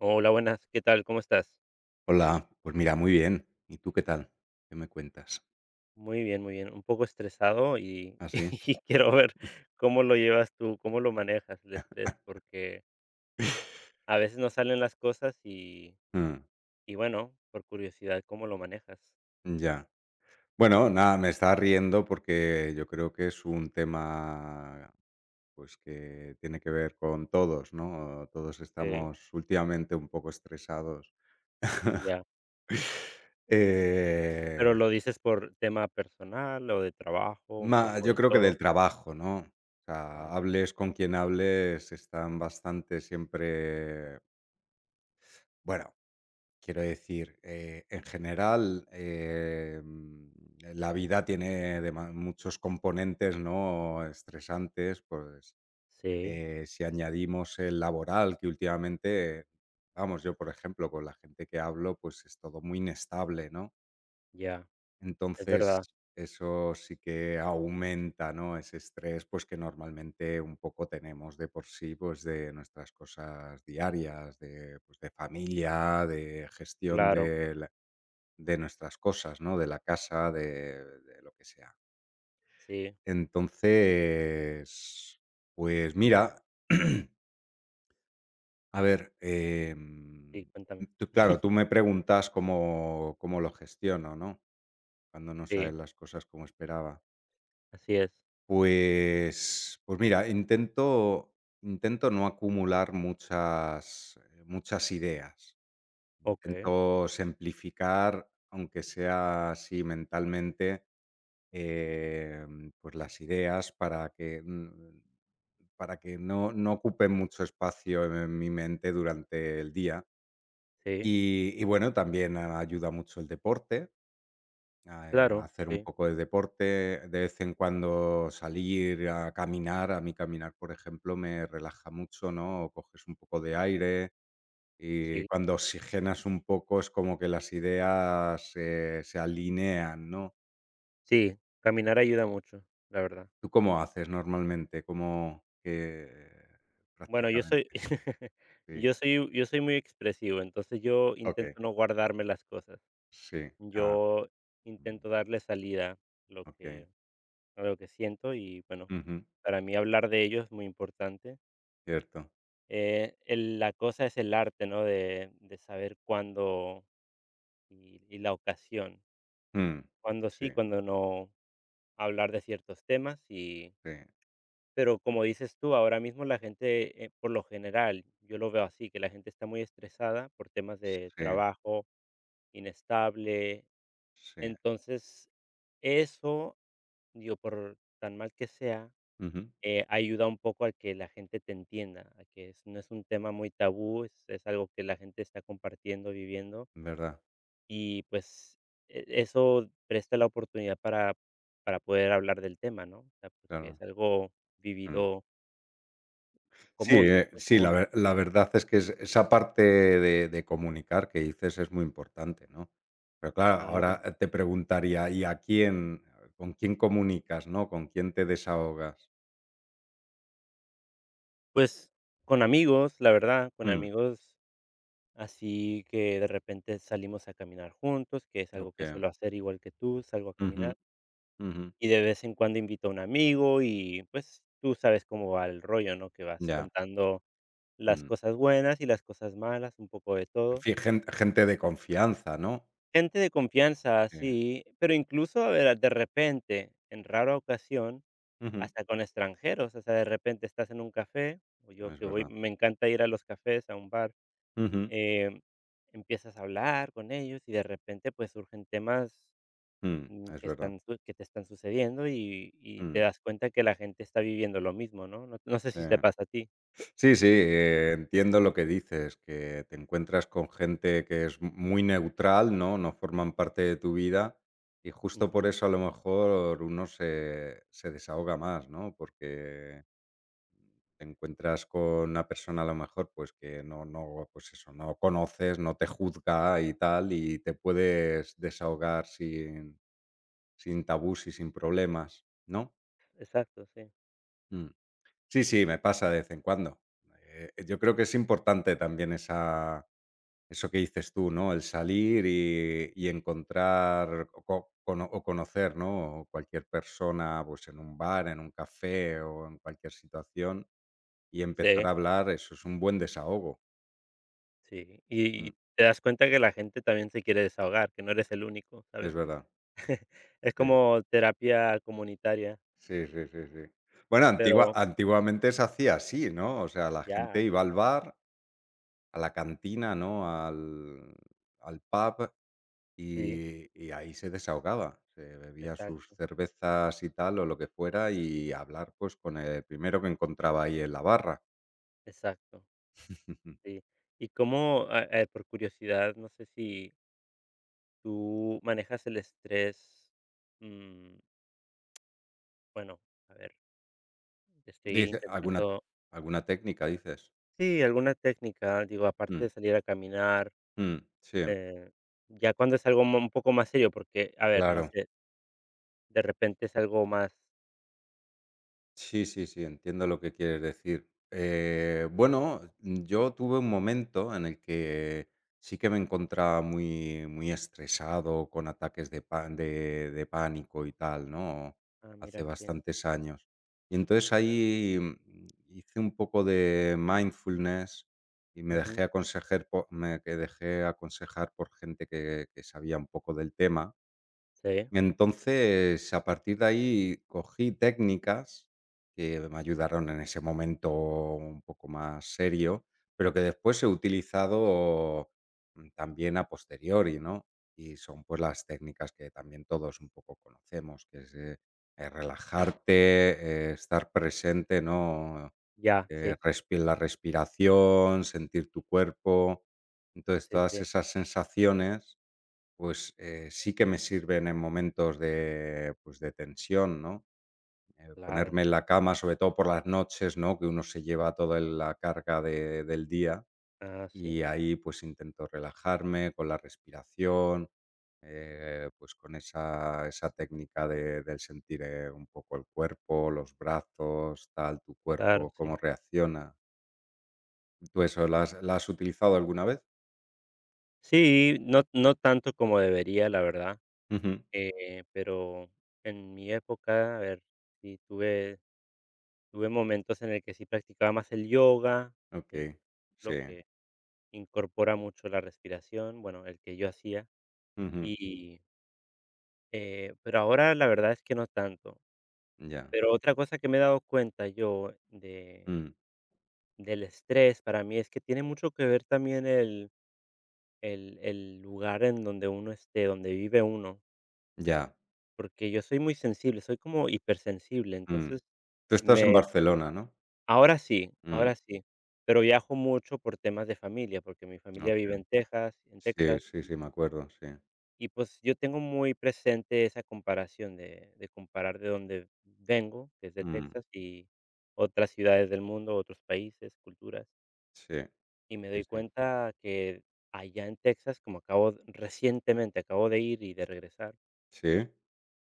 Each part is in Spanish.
Hola, buenas, ¿qué tal? ¿Cómo estás? Hola, pues mira, muy bien. ¿Y tú qué tal? ¿Qué me cuentas? Muy bien, muy bien. Un poco estresado y, Así, y quiero ver cómo lo llevas tú, cómo lo manejas el estrés, porque a veces no salen las cosas Mm, y bueno, por curiosidad, ¿cómo lo manejas? ya. Bueno, nada, me está riendo porque yo creo que es un tema, pues, que tiene que ver con todos, ¿no? Todos Sí, estamos últimamente un poco estresados. ya. Eh, Pero lo dices por tema personal o de trabajo, un poco yo de creo que todo. del trabajo, ¿no? O sea, Ah, vale. hables con quien hables, están bastante siempre, bueno, quiero decir, en general, la vida tiene muchos componentes, ¿no? Estresantes, pues Sí, si añadimos el laboral, que últimamente, vamos, yo por ejemplo, con la gente que hablo, pues es todo muy inestable, ¿no? ya. Es Entonces, verdad, eso sí que aumenta, ¿no? Ese estrés, pues que normalmente un poco tenemos de por sí, pues de nuestras cosas diarias, de, pues, de familia, de gestión claro. de nuestras cosas, ¿no? De la casa, de lo que sea. Sí, Entonces, pues mira, a ver, sí, cuéntame. tú, claro, tú me preguntas cómo lo gestiono, ¿no? Cuando no Sí, salen las cosas como esperaba. así es. Pues mira, intento no acumular muchas, muchas ideas. Ok, Intento simplificar, aunque sea así mentalmente pues las ideas para que, para que no, no ocupen mucho espacio en mi mente durante el día. sí, Y bueno, también ayuda mucho el deporte, a claro, hacer un sí, poco de deporte, de vez en cuando salir a caminar, a mí caminar, por ejemplo, me relaja mucho, ¿no? Coges un poco de aire y sí. cuando oxigenas un poco es como que las ideas se alinean, ¿no? Sí, caminar ayuda mucho, la verdad. ¿Tú cómo haces normalmente? ¿Cómo que Bueno, yo prácticamente? soy Sí. yo soy muy expresivo, entonces yo Okey. intento no guardarme las cosas. Sí. Ah, Yo mm, intento darle salida lo okey. que a lo que siento y, bueno, Ujú. para mí hablar de ello es muy importante. Cierto. El la cosa es el arte, ¿no?, de saber cuándo y la ocasión. Mm. Cuándo Sí, sí, cuándo no hablar de ciertos temas y. sí, Pero como dices tú, ahora mismo la gente, por lo general, yo lo veo así, que la gente está muy estresada por temas de sí, trabajo, inestable. sí. Entonces, eso, digo, por tan mal que sea, Ujú. Ayuda un poco a que la gente te entienda, a que no es un tema muy tabú, es algo que la gente está compartiendo, viviendo, Verdad, y pues eso presta la oportunidad para poder hablar del tema, ¿no? O sea, porque claro. es algo Mm. vivido Sí, común, es muy sí, común. La verdad es que es esa parte de comunicar que dices es muy importante, ¿no? Pero claro, Claro. ahora te preguntaría, ¿y a quién con quién comunicas, no? ¿Con quién te desahogas? Pues, con amigos, la verdad, con Mm, amigos así que de repente salimos a caminar juntos, que es algo que okey. suelo hacer igual que tú, salgo a Ujú. caminar, Ujú, y de vez en cuando invito a un amigo y, pues, tú sabes cómo va el rollo, ¿no? Que vas ya, contando las mm, cosas buenas y las cosas malas, un poco de en todo. fin, gente de confianza, ¿no? Gente de confianza, Eh, sí, pero incluso, a ver, de repente, en rara ocasión, ujú, hasta con extranjeros, o sea, de repente estás en un café, o yo es que voy verdad. me encanta ir a los cafés, a un bar. Ujú, Em, empiezas a hablar con ellos y de repente, pues, surgen temas, mm, es que verdad, están su que te están sucediendo y te mm, das cuenta que la gente está viviendo lo mismo, ¿no? No sé sí. si te pasa a ti. Sí, sí, entiendo lo que dices, que te encuentras con gente que es muy neutral, ¿no? No forman parte de tu vida y justo por Ujú. eso a lo mejor uno se, se desahoga más, ¿no? Porque te encuentras con una persona a lo mejor pues que no, no, pues eso, no conoces, no te juzga y tal, y te puedes desahogar sin, sin tabús y sin problemas, ¿no? Exacto, sí. Mm. Sí, sí, me pasa de vez en cuando. Yo creo que es importante también esa, eso que dices tú, ¿no? El salir y encontrar o, o conocer, ¿no? Cualquier persona, pues en un bar, en un café o en cualquier situación y empezar a Sí, hablar, eso es un buen desahogo. sí. Mm, Y te das cuenta que la gente también se quiere desahogar, que no eres el único, es ¿sabes? verdad. Es Sí, como terapia comunitaria, sí, sí, sí. Sí. Bueno, pero antiguamente se hacía así, ¿no? O sea, la gente ya, iba al bar a la cantina, ¿no? Al, al pub sí, y ahí se desahogaba. Se bebía sus exacto, cervezas y tal o lo que fuera y hablar pues con el primero que encontraba ahí en la barra. exacto, sí. Y cómo, ah, por curiosidad, no sé si ¿tú manejas el estrés? Mm, bueno, a ver, estoy Dice, alguna, intentando alguna técnica, dices. sí, alguna técnica, digo, aparte Mm, de salir a caminar, mm, sí, eh, ya cuando es algo mo un poco más serio, porque, a ver, no claro. sé, de repente es algo más. Sí, sí, sí, entiendo lo que quieres decir. Bueno, yo tuve un momento en el que sí que me encontraba muy, muy estresado, con ataques de, de pánico y tal, ¿no? Ah, Hace mira, sí, bastantes años. Y entonces ahí hice un poco de mindfulness y me ujú, dejé aconsejar por, me que dejé aconsejar por gente que sabía un poco del tema sí, entonces, a partir de ahí cogí técnicas que me ayudaron en ese momento un poco más serio, pero que después he utilizado, también a posteriori, ¿no? Y son, pues, las técnicas que también todos un poco conocemos, que es, relajarte, estar presente, ¿no? ya, sí, Respi la respiración, sentir tu cuerpo. Entonces, sí, todas sí, esas sensaciones pues, sí que me sirven en momentos de, pues, de tensión, ¿no? Claro, Ponerme en la cama, sobre todo por las noches, ¿no? Que uno se lleva toda el la carga de del día ah, sí, y ahí, pues, intento relajarme con la respiración, pues, con esa técnica de del sentir, un poco el cuerpo, los brazos, tal, tu claro, cuerpo, sí. cómo reacciona. ¿Tú eso la has utilizado alguna vez? Sí, no no tanto como debería, la verdad, Ujú. Pero en mi época, a ver, sí tuve. Tuve momentos en el que sí practicaba más el yoga, eh, Okey. lo Sí. que incorpora mucho la respiración, bueno, el que yo hacía, Ujú. y, pero ahora la verdad es que no tanto. Ya. Pero otra cosa que me he dado cuenta yo de Mm. del estrés para mí es que tiene mucho que ver también el el lugar en donde uno esté, donde vive uno, Ya, porque yo soy muy sensible, soy como hipersensible, mm. entonces Tú estás en me. Barcelona, ¿no? Mm, Ahora sí, pero viajo mucho por temas de familia, porque mi familia vive okey. En Sí, Texas, sí, sí, me acuerdo, sí. y pues yo tengo muy presente esa comparación de comparar de dónde vengo, que es de Mm, Texas, y otras ciudades del mundo, otros países, culturas, sí, y me sí, doy sí. cuenta que allá en Texas, como recientemente acabo de ir y de regresar, ¿Sí?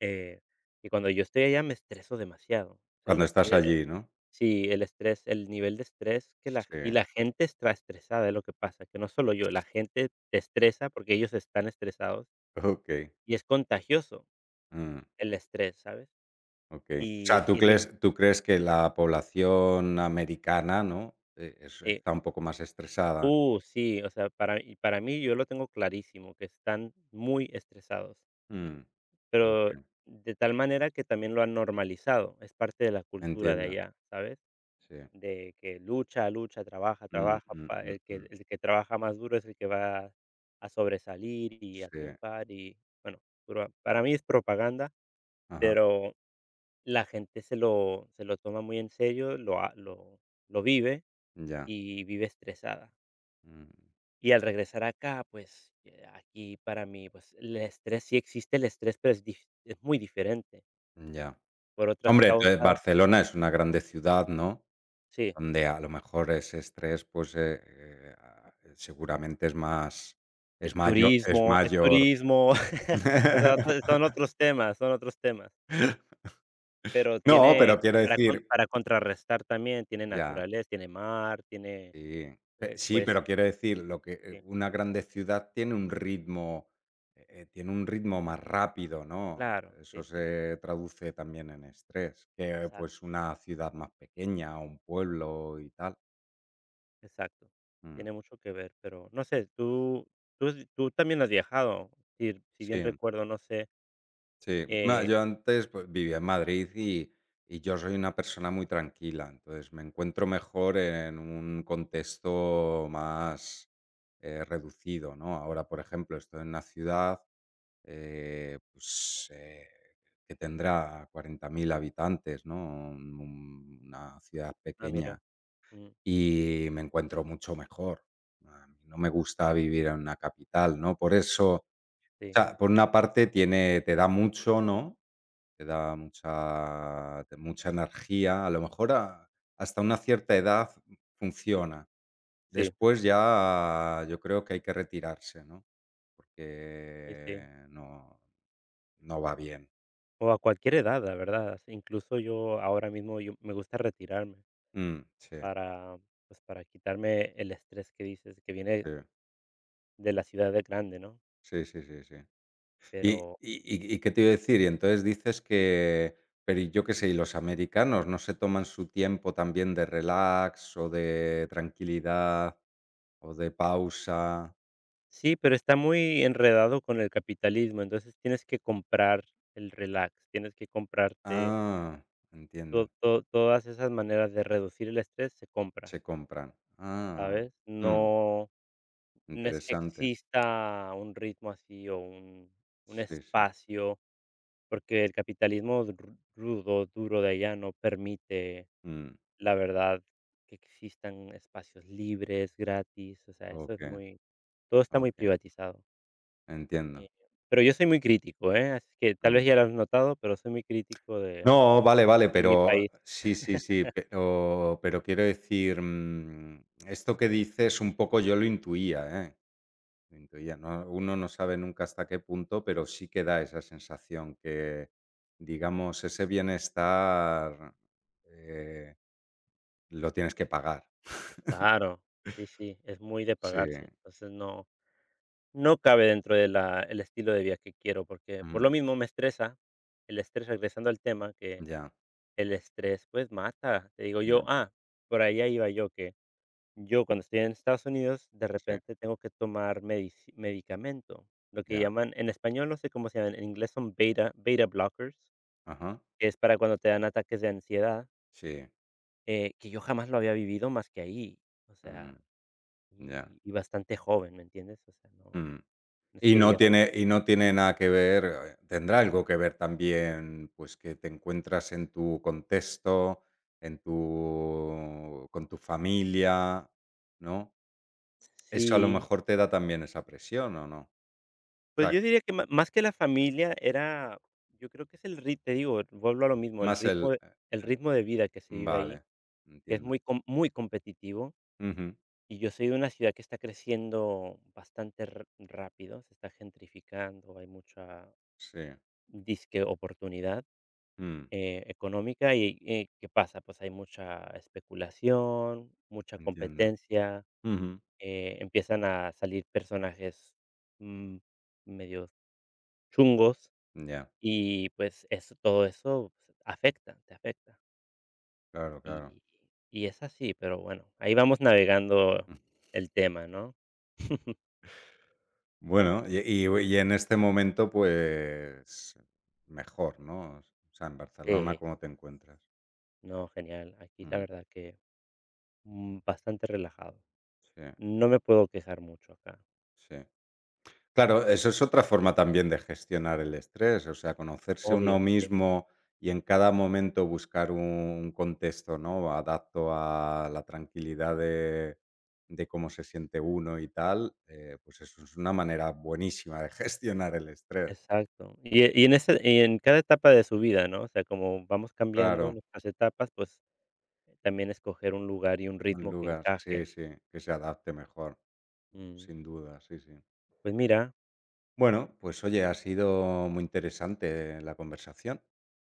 eh, que cuando yo estoy allá me estreso demasiado, o sea, el Cuando estás estre. allí, ¿no? Sí, el estrés, el nivel de estrés que Sí, la gente está estresada, es lo que pasa, que no solo yo, la gente te estresa porque ellos están estresados okey, y es contagioso mm, el estrés, ¿sabes? okey. O sea, Y re ¿tú crees que la población americana, ¿no?, es eh, está un poco más estresada? Sí, o sea, para mí, yo lo tengo clarísimo, que están muy estresados, Mm, pero okey, de tal manera que también lo han normalizado, es parte de la cultura de entiendo, allá, ¿sabes? sí. De que lucha, lucha, trabaja, Mm, trabaja, mm, pa mm, el que mm. el que trabaja más duro es el que va a sobresalir y a Sí, triunfar y, bueno, pura para mí es propaganda, ajá, pero la gente se lo toma muy en serio, lo ha lo vive ya, y vive estresada. mm, Y al regresar acá, pues, aquí para mí, pues, el estrés sí existe el estrés, pero es dif es muy diferente. ya. Por otras Hombre, causas Barcelona es una grande ciudad, ¿no? sí. Donde a lo mejor ese estrés, pues, seguramente es mayor, es Turismo, es mayor. turismo, o sea, pues, son otros temas, pero No, tiene pero quiero decir para contrarrestar también, tiene ya, naturaleza, tiene mar, tiene, sí. Pe sí, pues, pero quiero decir, lo que, sí, una grande ciudad tiene un ritmo más rápido, ¿no? claro, Eso sí, sí, se traduce también en estrés, que, pues, exacto, una ciudad más pequeña, o un pueblo y tal. exacto, Mm, tiene mucho que ver, pero no sé, tú tú has tú también has viajado, si si bien sí. recuerdo, no sé, Sí, ma eh. yo antes, pues, vivía en Madrid y yo soy una persona muy tranquila, entonces me encuentro mejor en un contexto más, reducido, ¿no? Ahora, por ejemplo, estoy en una ciudad, eh, pues, eh, que tendrá 40.000 habitantes, ¿no? Un una ciudad Ah, pequeña, mira, mm, y me encuentro mucho mejor. A mí no me gusta vivir en una capital, ¿no? Por eso, o sí, sea, por una parte tiene te da mucho, ¿no? Te mucha energía, a lo mejor a hasta una cierta edad funciona. sí, Después ya yo creo que hay que retirarse, ¿no? sí, sí, Porque no no va bien. o a cualquier edad, la verdad, incluso yo ahora mismo yo me gusta retirarme. Mm, sí, Para, pues, para quitarme el estrés que dices, que viene sí, de la ciudad de grande, ¿no? sí, sí, sí, sí. Y Pero y, ¿qué te iba a decir? Y entonces dices que, pero y yo qué sé, ¿y los americanos no se toman su tiempo también de relax o de tranquilidad o de pausa? sí, pero está muy enredado con el capitalismo, entonces tienes que comprar el relax, tienes que comprarte Ah, entiendo. to to todas esas maneras de reducir el estrés se compra, Se compran. Ah, ¿sabes? mm, No no es que interesante. exista un ritmo así o un Sí, sí, espacio, porque el capitalismo ru rudo, duro de allá no permite. mm, La verdad, que existan espacios libres, gratis, o sea, eso es okey, muy todo está muy okey, privatizado. entiendo, Eh, pero yo soy muy crítico, ¿eh? Así que tal mm. vez ya lo has notado, pero soy muy crítico No, vale, vale, de mi pero país. sí, sí, sí, pero quiero decir, esto que dices un poco yo lo intuía, ¿eh? Lo intuía, no uno no sabe nunca hasta qué punto, pero sí que da esa sensación que, digamos, ese bienestar, eh, lo tienes que pagar. Claro, sí, sí, es muy de Sí, pagarse. Entonces no no cabe dentro de la el estilo de vida que quiero, porque por lo mm, mismo me estresa, el estrés, regresando al tema, que ya, el estrés, pues, mata. Te digo yo, mm. ah, por allá iba yo que. Yo cuando estoy en Estados Unidos, de Sí, repente tengo que tomar medici medicamento, lo que ya, llaman en español, no sé cómo se llaman, en inglés son beta blockers, ajá, que es para cuando te dan ataques de ansiedad, sí, que yo jamás lo había vivido más que ahí, o mm, sea, ya, y bastante joven, ¿me entiendes? O sea, no mm. no es que diga Y no tiene nada que ver, tendrá algo que ver también, pues, que te encuentras en tu contexto, en tu familia, ¿no? Eso a lo sí, mejor te da también esa presión, ¿o no? O pues sea, yo que diría que ma más que la familia era, yo creo que es el ri te digo, vuelvo a lo mismo, más el e el el ritmo de vida que se vive vale, ahí, que es entiendo. muy com muy competitivo. Ujú, Y yo soy de una ciudad que está creciendo bastante rápido, se está gentrificando, hay mucha sí, disque oportunidad mm, económica y ¿qué pasa? Pues hay mucha especulación, mucha entiendo. competencia, Ujú, empiezan a salir personajes mm, medio chungos ya, y pues eso, todo eso pues, afecta, te afecta. claro, claro. Y, y es así, pero bueno, ahí vamos navegando el tema, ¿no? Bueno, y en este momento, pues, mejor, ¿no? O sea, en Barcelona, Sí. ¿cómo te encuentras? No, genial. Aquí la Mm, verdad que, mm, bastante relajado. sí, No me puedo quejar mucho acá. sí. Claro, eso es otra forma también de gestionar el estrés, o sea, conocerse uno Obvio, sí, mismo y en cada momento buscar un contexto, ¿no? Adapto a la tranquilidad de cómo se siente uno y tal, pues eso es una manera buenísima de gestionar el estrés. exacto. Y en ese y en cada etapa de su vida, ¿no? O sea, como vamos cambiando Claro. nuestras etapas, pues, también escoger un lugar y un Un ritmo que lugar, encaje, sí, ¿no? sí, que se adapte mejor, Mm, sin duda, sí, sí. pues mira, Bueno, pues oye, ha sido muy interesante la conversación,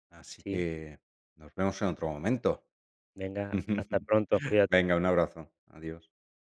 así sí, que nos vemos en otro momento. venga, hasta pronto, cuídate. Venga, un abrazo, adiós.